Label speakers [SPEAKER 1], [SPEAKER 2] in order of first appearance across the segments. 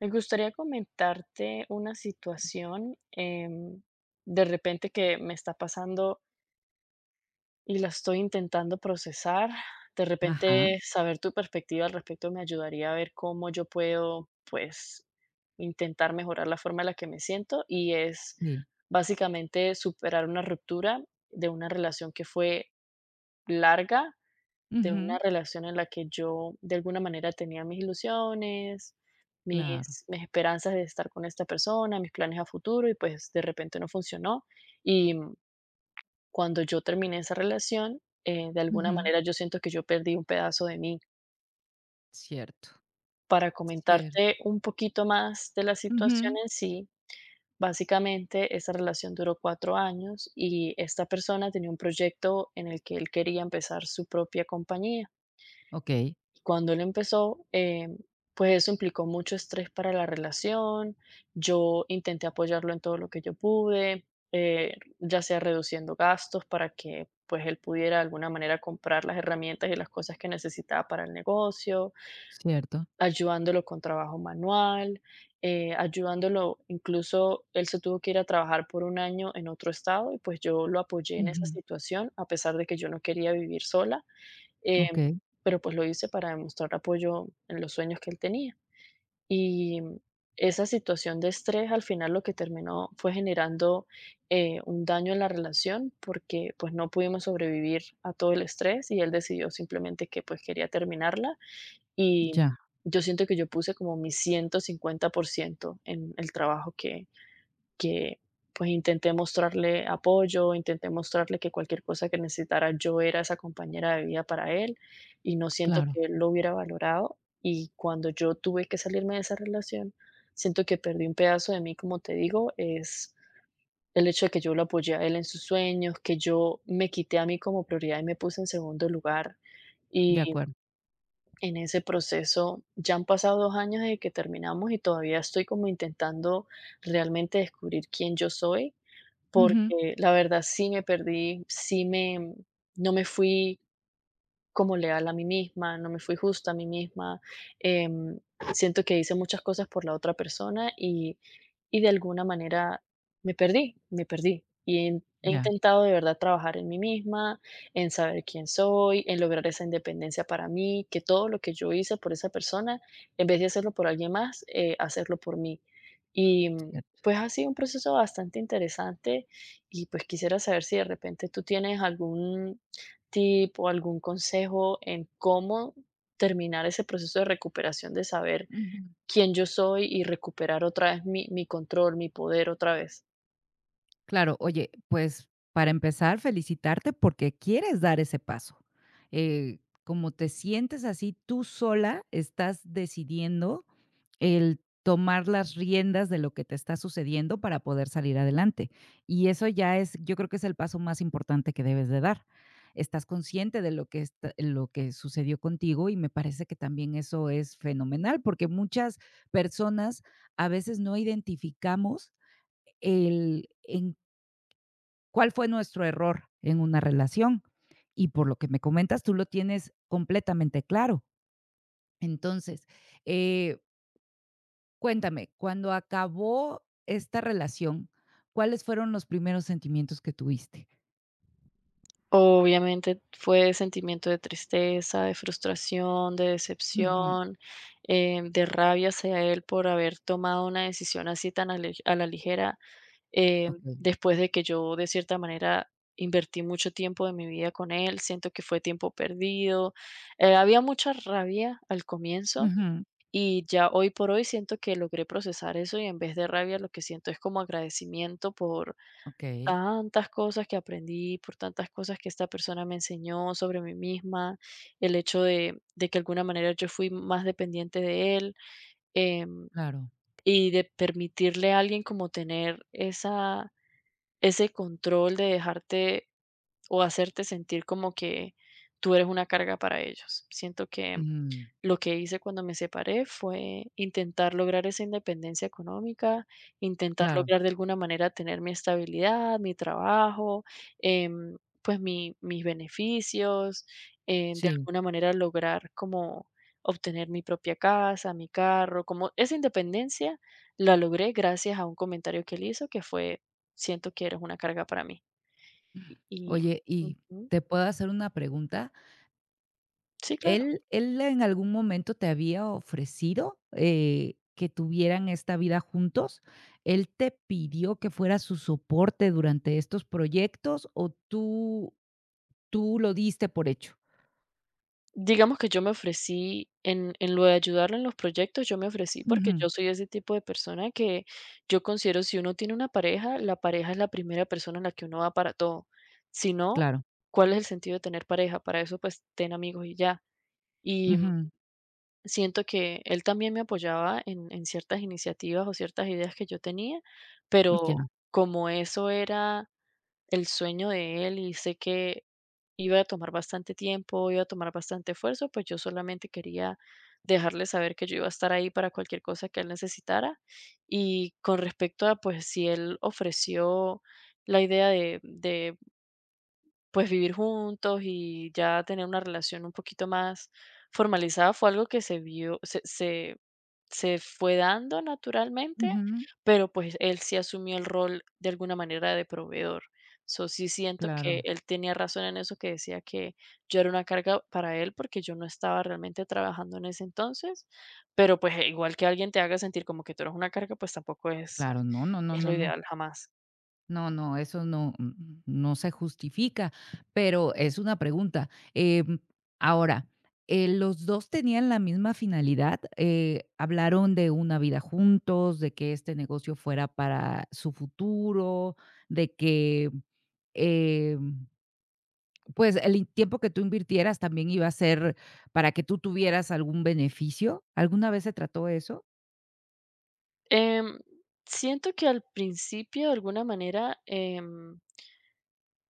[SPEAKER 1] Me gustaría comentarte una situación de repente que me está pasando y la estoy intentando procesar. De
[SPEAKER 2] Ajá,
[SPEAKER 1] repente saber tu perspectiva al respecto me ayudaría a ver cómo yo puedo, pues, intentar mejorar la forma en la que me siento y es
[SPEAKER 2] sí.
[SPEAKER 1] básicamente superar una ruptura de una relación que fue larga, de
[SPEAKER 2] Ujú,
[SPEAKER 1] una relación en la que yo de alguna manera tenía mis ilusiones,
[SPEAKER 2] claro.
[SPEAKER 1] mis esperanzas de estar con esta persona, mis planes a futuro y pues de repente no funcionó. Y cuando yo terminé esa relación, de alguna
[SPEAKER 2] Ujú.
[SPEAKER 1] manera yo siento que yo perdí un pedazo de mí.
[SPEAKER 2] Cierto,
[SPEAKER 1] Para
[SPEAKER 2] cierto.
[SPEAKER 1] comentarte un poquito más de la situación
[SPEAKER 2] Ujú.
[SPEAKER 1] en sí, básicamente esa relación duró 4 años y esta persona tenía un proyecto en el que él quería empezar su propia compañía.
[SPEAKER 2] Okey,
[SPEAKER 1] Y cuando él empezó, pues eso implicó mucho estrés para la relación. Yo intenté apoyarlo en todo lo que yo pude, ya sea reduciendo gastos para que pues él pudiera de alguna manera comprar las herramientas y las cosas que necesitaba para el negocio,
[SPEAKER 2] cierto.
[SPEAKER 1] ayudándolo con trabajo manual, ayudándolo, incluso él se tuvo que ir a trabajar por 1 año en otro estado y pues yo lo apoyé en esa
[SPEAKER 2] Ujú.
[SPEAKER 1] situación, a pesar de que yo no quería vivir sola. Em,
[SPEAKER 2] Okey,
[SPEAKER 1] pero pues lo hice para demostrar apoyo en los sueños que él tenía. Y esa situación de estrés al final lo que terminó fue generando un daño en la relación porque pues no pudimos sobrevivir a todo el estrés y él decidió simplemente que pues quería terminarla y
[SPEAKER 2] ya,
[SPEAKER 1] yo siento que yo puse como mi 150% en el trabajo que pues intenté mostrarle apoyo, intenté mostrarle que cualquier cosa que necesitara yo era esa compañera de vida para él y no siento
[SPEAKER 2] claro,
[SPEAKER 1] que él lo hubiera valorado y cuando yo tuve que salirme de esa relación, siento que perdí un pedazo de mí, como te digo, es el hecho de que yo lo apoyé a él en sus sueños, que yo me quité a mí como prioridad y me puse en segundo lugar.
[SPEAKER 2] de
[SPEAKER 1] Y
[SPEAKER 2] acuerdo.
[SPEAKER 1] en ese proceso ya han pasado 2 años desde que terminamos y todavía estoy como intentando realmente descubrir quién yo soy
[SPEAKER 2] Ujú.
[SPEAKER 1] porque la verdad sí me perdí, sí me no me fui como leal a mí misma, no me fui justa a mí misma, em, siento que hice muchas cosas por la otra persona y de alguna manera me perdí, me perdí. Y he
[SPEAKER 2] Ya,
[SPEAKER 1] intentado de verdad trabajar en mí misma, en saber quién soy, en lograr esa independencia para mí, que todo lo que yo hice por esa persona, en vez de hacerlo por alguien más, hacerlo por mí. Y
[SPEAKER 2] cierto.
[SPEAKER 1] pues ha sido un proceso bastante interesante y pues quisiera saber si de repente tú tienes algún tip o algún consejo en cómo terminar ese proceso de recuperación de saber quién yo soy y recuperar otra vez mi control, ¿mi poder otra vez?
[SPEAKER 2] Claro, oye, pues para empezar, felicitarte porque quieres dar ese paso. Como te sientes así, tú sola estás decidiendo el tomar las riendas de lo que te está sucediendo para poder salir adelante. Y eso ya es, yo creo que es el paso más importante que debes de dar. Estás consciente de lo que, lo que sucedió contigo y me parece que también eso es fenomenal porque muchas personas a veces no identificamos el en cuál fue nuestro error en una relación. Y por lo que me comentas, tú lo tienes completamente claro. Entonces, eh, cuéntame, cuando acabó esta relación, ¿cuáles fueron los primeros sentimientos que tuviste?
[SPEAKER 1] Obviamente fue sentimiento de tristeza, de frustración, de
[SPEAKER 2] Ujú,
[SPEAKER 1] decepción, de rabia hacia él por haber tomado una decisión así tan a la ligera, eh,
[SPEAKER 2] okey.
[SPEAKER 1] después de que yo de cierta manera invertí mucho tiempo de mi vida con él, siento que fue tiempo perdido. Había mucha rabia al comienzo
[SPEAKER 2] Ujú,
[SPEAKER 1] y ya hoy por hoy siento que logré procesar eso y en vez de rabia lo que siento es como agradecimiento por
[SPEAKER 2] okey,
[SPEAKER 1] tantas cosas que aprendí, por tantas cosas que esta persona me enseñó sobre mí misma, el hecho de que de alguna manera yo fui más dependiente de él, em,
[SPEAKER 2] claro.
[SPEAKER 1] y de permitirle a alguien como tener esa, ese control de dejarte o hacerte sentir como que tú eres una carga para ellos. Siento que
[SPEAKER 2] Ujú,
[SPEAKER 1] lo que hice cuando me separé fue intentar lograr esa independencia económica, intentar
[SPEAKER 2] claro,
[SPEAKER 1] lograr de alguna manera tener mi estabilidad, mi trabajo, pues mi mis beneficios, de
[SPEAKER 2] sí.
[SPEAKER 1] alguna manera lograr como obtener mi propia casa, mi carro, como esa independencia la logré gracias a un comentario que él hizo que fue: "Siento que eres una carga para mí". Y
[SPEAKER 2] Oye, y,
[SPEAKER 1] ujú,
[SPEAKER 2] ¿te puedo hacer una pregunta?
[SPEAKER 1] sí, claro.
[SPEAKER 2] ¿Él en algún momento te había ofrecido, que tuvieran esta vida juntos? ¿Él te pidió que fuera su soporte durante estos proyectos o tú lo diste por hecho?
[SPEAKER 1] Digamos que yo me ofrecí en lo de ayudarlo en los proyectos, yo me ofrecí porque
[SPEAKER 2] Ujú,
[SPEAKER 1] yo soy ese tipo de persona que yo considero si uno tiene una pareja, la pareja es la primera persona en la que uno va para todo. Si no,
[SPEAKER 2] claro.
[SPEAKER 1] ¿cuál es el sentido de tener pareja? Para eso, pues, ten amigos y ya. Y
[SPEAKER 2] Ujú,
[SPEAKER 1] siento que él también me apoyaba en ciertas iniciativas o ciertas ideas que yo tenía, pero
[SPEAKER 2] ya.
[SPEAKER 1] como eso era el sueño de él y sé que iba a tomar bastante tiempo, iba a tomar bastante esfuerzo, pues yo solamente quería dejarle saber que yo iba a estar ahí para cualquier cosa que él necesitara. Y con respecto a, pues, si él ofreció la idea de pues vivir juntos y ya tener una relación un poquito más formalizada fue algo que se vio, se fue dando naturalmente,
[SPEAKER 2] Ujú,
[SPEAKER 1] pero pues él sí asumió el rol de alguna manera de proveedor. So, sí siento que
[SPEAKER 2] claro,
[SPEAKER 1] él tenía razón en eso que decía que yo era una carga para él porque yo no estaba realmente trabajando en ese entonces, pero pues igual que alguien te haga sentir como que tú eres una carga, pues tampoco es,
[SPEAKER 2] claro. No, no, no,
[SPEAKER 1] es
[SPEAKER 2] no,
[SPEAKER 1] lo
[SPEAKER 2] no.
[SPEAKER 1] ideal jamás.
[SPEAKER 2] No, no, eso no, no se justifica, pero es una pregunta. Ahora, ¿los 2 tenían la misma finalidad? ¿Hablaron de una vida juntos, de que este negocio fuera para su futuro, de que, em, pues, el in tiempo que tú invirtieras también iba a ser para que tú tuvieras algún beneficio? ¿Alguna vez se trató eso?
[SPEAKER 1] Em, Siento que al principio, de alguna manera,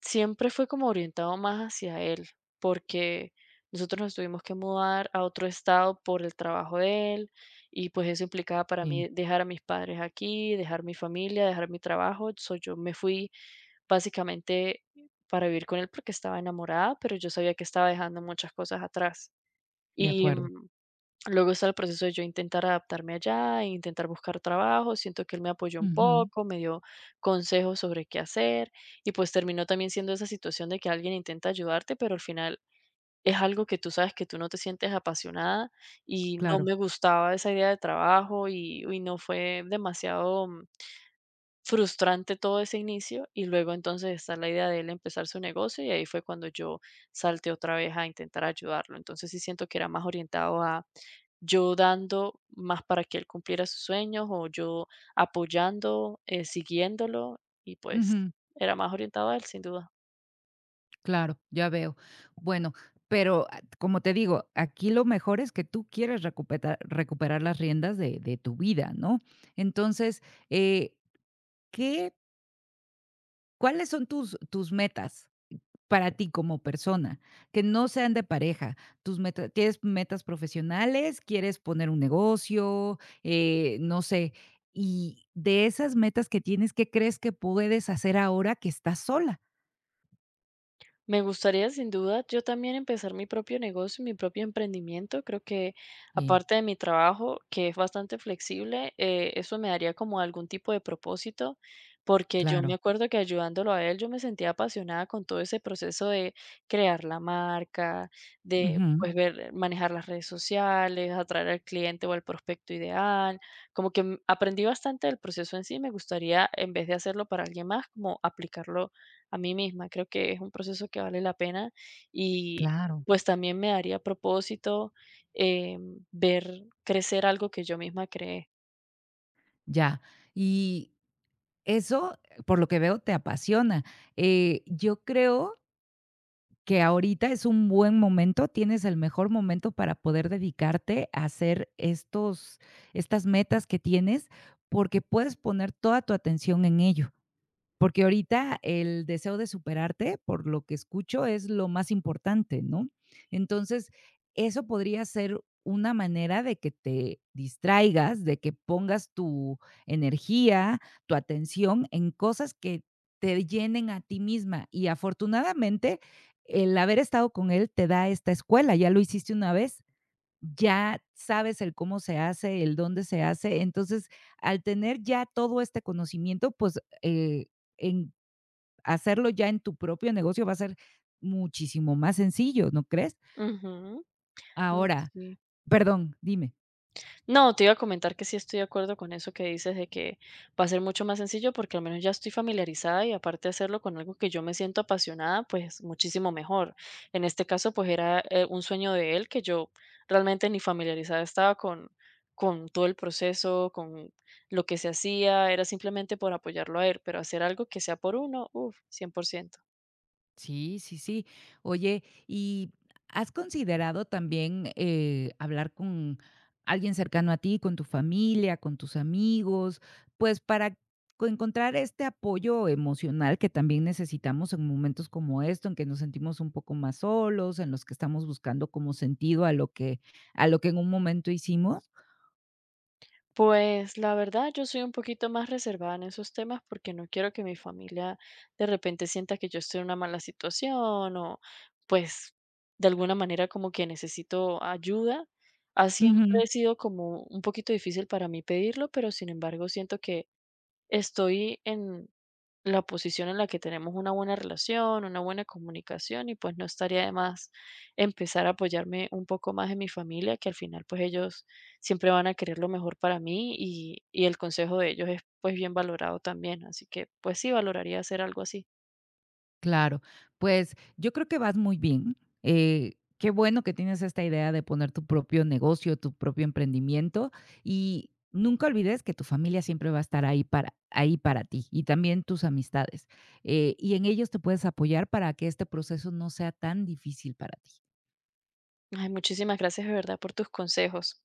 [SPEAKER 1] siempre fue como orientado más hacia él, porque nosotros nos tuvimos que mudar a otro estado por el trabajo de él, y pues eso implicaba para
[SPEAKER 2] Sí,
[SPEAKER 1] mí dejar a mis padres aquí, dejar mi familia, dejar mi trabajo. So, yo me fui básicamente para vivir con él porque estaba enamorada, pero yo sabía que estaba dejando muchas cosas atrás.
[SPEAKER 2] de acuerdo.
[SPEAKER 1] Luego está el proceso de yo intentar adaptarme allá, e intentar buscar trabajo. Siento que él me apoyó un
[SPEAKER 2] Ujú,
[SPEAKER 1] poco, me dio consejos sobre qué hacer y pues terminó también siendo esa situación de que alguien intenta ayudarte, pero al final es algo que tú sabes que tú no te sientes apasionada y no
[SPEAKER 2] claro.
[SPEAKER 1] me gustaba esa idea de trabajo y, uy, no fue demasiado frustrante todo ese inicio y luego entonces está la idea de él empezar su negocio y ahí fue cuando yo salté otra vez a intentar ayudarlo. Entonces sí siento que era más orientado a yo dando más para que él cumpliera sus sueños o yo apoyando, siguiéndolo y pues
[SPEAKER 2] Ujú.
[SPEAKER 1] era más orientado a él sin duda.
[SPEAKER 2] Claro, ya veo. Bueno, pero como te digo, aquí lo mejor es que tú quieres recuperar, recuperar las riendas de tu vida, ¿no? Entonces, eh, ¿qué, ¿cuáles son tus, tus metas para ti como persona? Que no sean de pareja. Tus metas, ¿tienes metas profesionales? ¿Quieres poner un negocio? No sé. Y de esas metas que tienes, ¿qué crees que puedes hacer ahora que estás sola?
[SPEAKER 1] Me gustaría sin duda yo también empezar mi propio negocio, mi propio emprendimiento. Creo que
[SPEAKER 2] Sí,
[SPEAKER 1] aparte de mi trabajo, que es bastante flexible, eso me daría como algún tipo de propósito, porque yo me
[SPEAKER 2] claro.
[SPEAKER 1] acuerdo que ayudándolo a él, yo me sentía apasionada con todo ese proceso de crear la marca, de
[SPEAKER 2] Ujú,
[SPEAKER 1] pues ver, manejar las redes sociales, atraer al cliente o al prospecto ideal. Como que aprendí bastante del proceso en sí. Me gustaría, en vez de hacerlo para alguien más, como aplicarlo a mí misma. Creo que es un proceso que vale la pena y
[SPEAKER 2] claro.
[SPEAKER 1] pues también me daría propósito, ver crecer algo que yo misma creé.
[SPEAKER 2] Ya. Y eso, por lo que veo, te apasiona. Yo creo que ahorita es un buen momento, tienes el mejor momento para poder dedicarte a hacer estos estas metas que tienes, porque puedes poner toda tu atención en ello. Porque ahorita el deseo de superarte, por lo que escucho, es lo más importante, ¿no? Entonces, eso podría ser una manera de que te distraigas, de que pongas tu energía, tu atención en cosas que te llenen a ti misma. Y afortunadamente, el haber estado con él te da esta escuela, ya lo hiciste una vez. Ya sabes el cómo se hace, el dónde se hace. Entonces, al tener ya todo este conocimiento, pues, en hacerlo ya en tu propio negocio va a ser muchísimo más sencillo, ¿no crees?
[SPEAKER 1] Ujú. Mm,
[SPEAKER 2] Ahora
[SPEAKER 1] sí.
[SPEAKER 2] perdón, dime.
[SPEAKER 1] No, te iba a comentar que sí estoy de acuerdo con eso que dices de que va a ser mucho más sencillo porque al menos ya estoy familiarizada y aparte de hacerlo con algo que yo me siento apasionada, pues muchísimo mejor. En este caso, pues era un sueño de él que yo realmente ni familiarizada estaba con todo el proceso, con lo que se hacía, era simplemente por apoyarlo a él, pero hacer algo que sea por uno, uff, 100%.
[SPEAKER 2] Sí, sí, sí. Oye, ¿y has considerado también, hablar con alguien cercano a ti, con tu familia, con tus amigos? Pues, para co encontrar este apoyo emocional que también necesitamos en momentos como esto, en que nos sentimos un poco más solos, en los que estamos buscando como sentido a lo que en un momento hicimos.
[SPEAKER 1] Pues la verdad, yo soy un poquito más reservada en esos temas porque no quiero que mi familia de repente sienta que yo estoy en una mala situación o pues de alguna manera como que necesito ayuda. Ha siempre sido como un poquito difícil para mí pedirlo, pero sin embargo siento que estoy en la posición en la que tenemos una buena relación, una buena comunicación y pues no estaría de más empezar a apoyarme un poco más en mi familia, que al final pues ellos siempre van a querer lo mejor para mí y el consejo de ellos es pues bien valorado también, así que pues sí valoraría hacer algo así.
[SPEAKER 2] Claro, pues yo creo que vas muy bien. Qué bueno que tienes esta idea de poner tu propio negocio, tu propio emprendimiento y nunca olvides que tu familia siempre va a estar ahí para, ahí para ti y también tus amistades. Y en ellos te puedes apoyar para que este proceso no sea tan difícil para ti.
[SPEAKER 1] Ay, muchísimas gracias de verdad por tus consejos.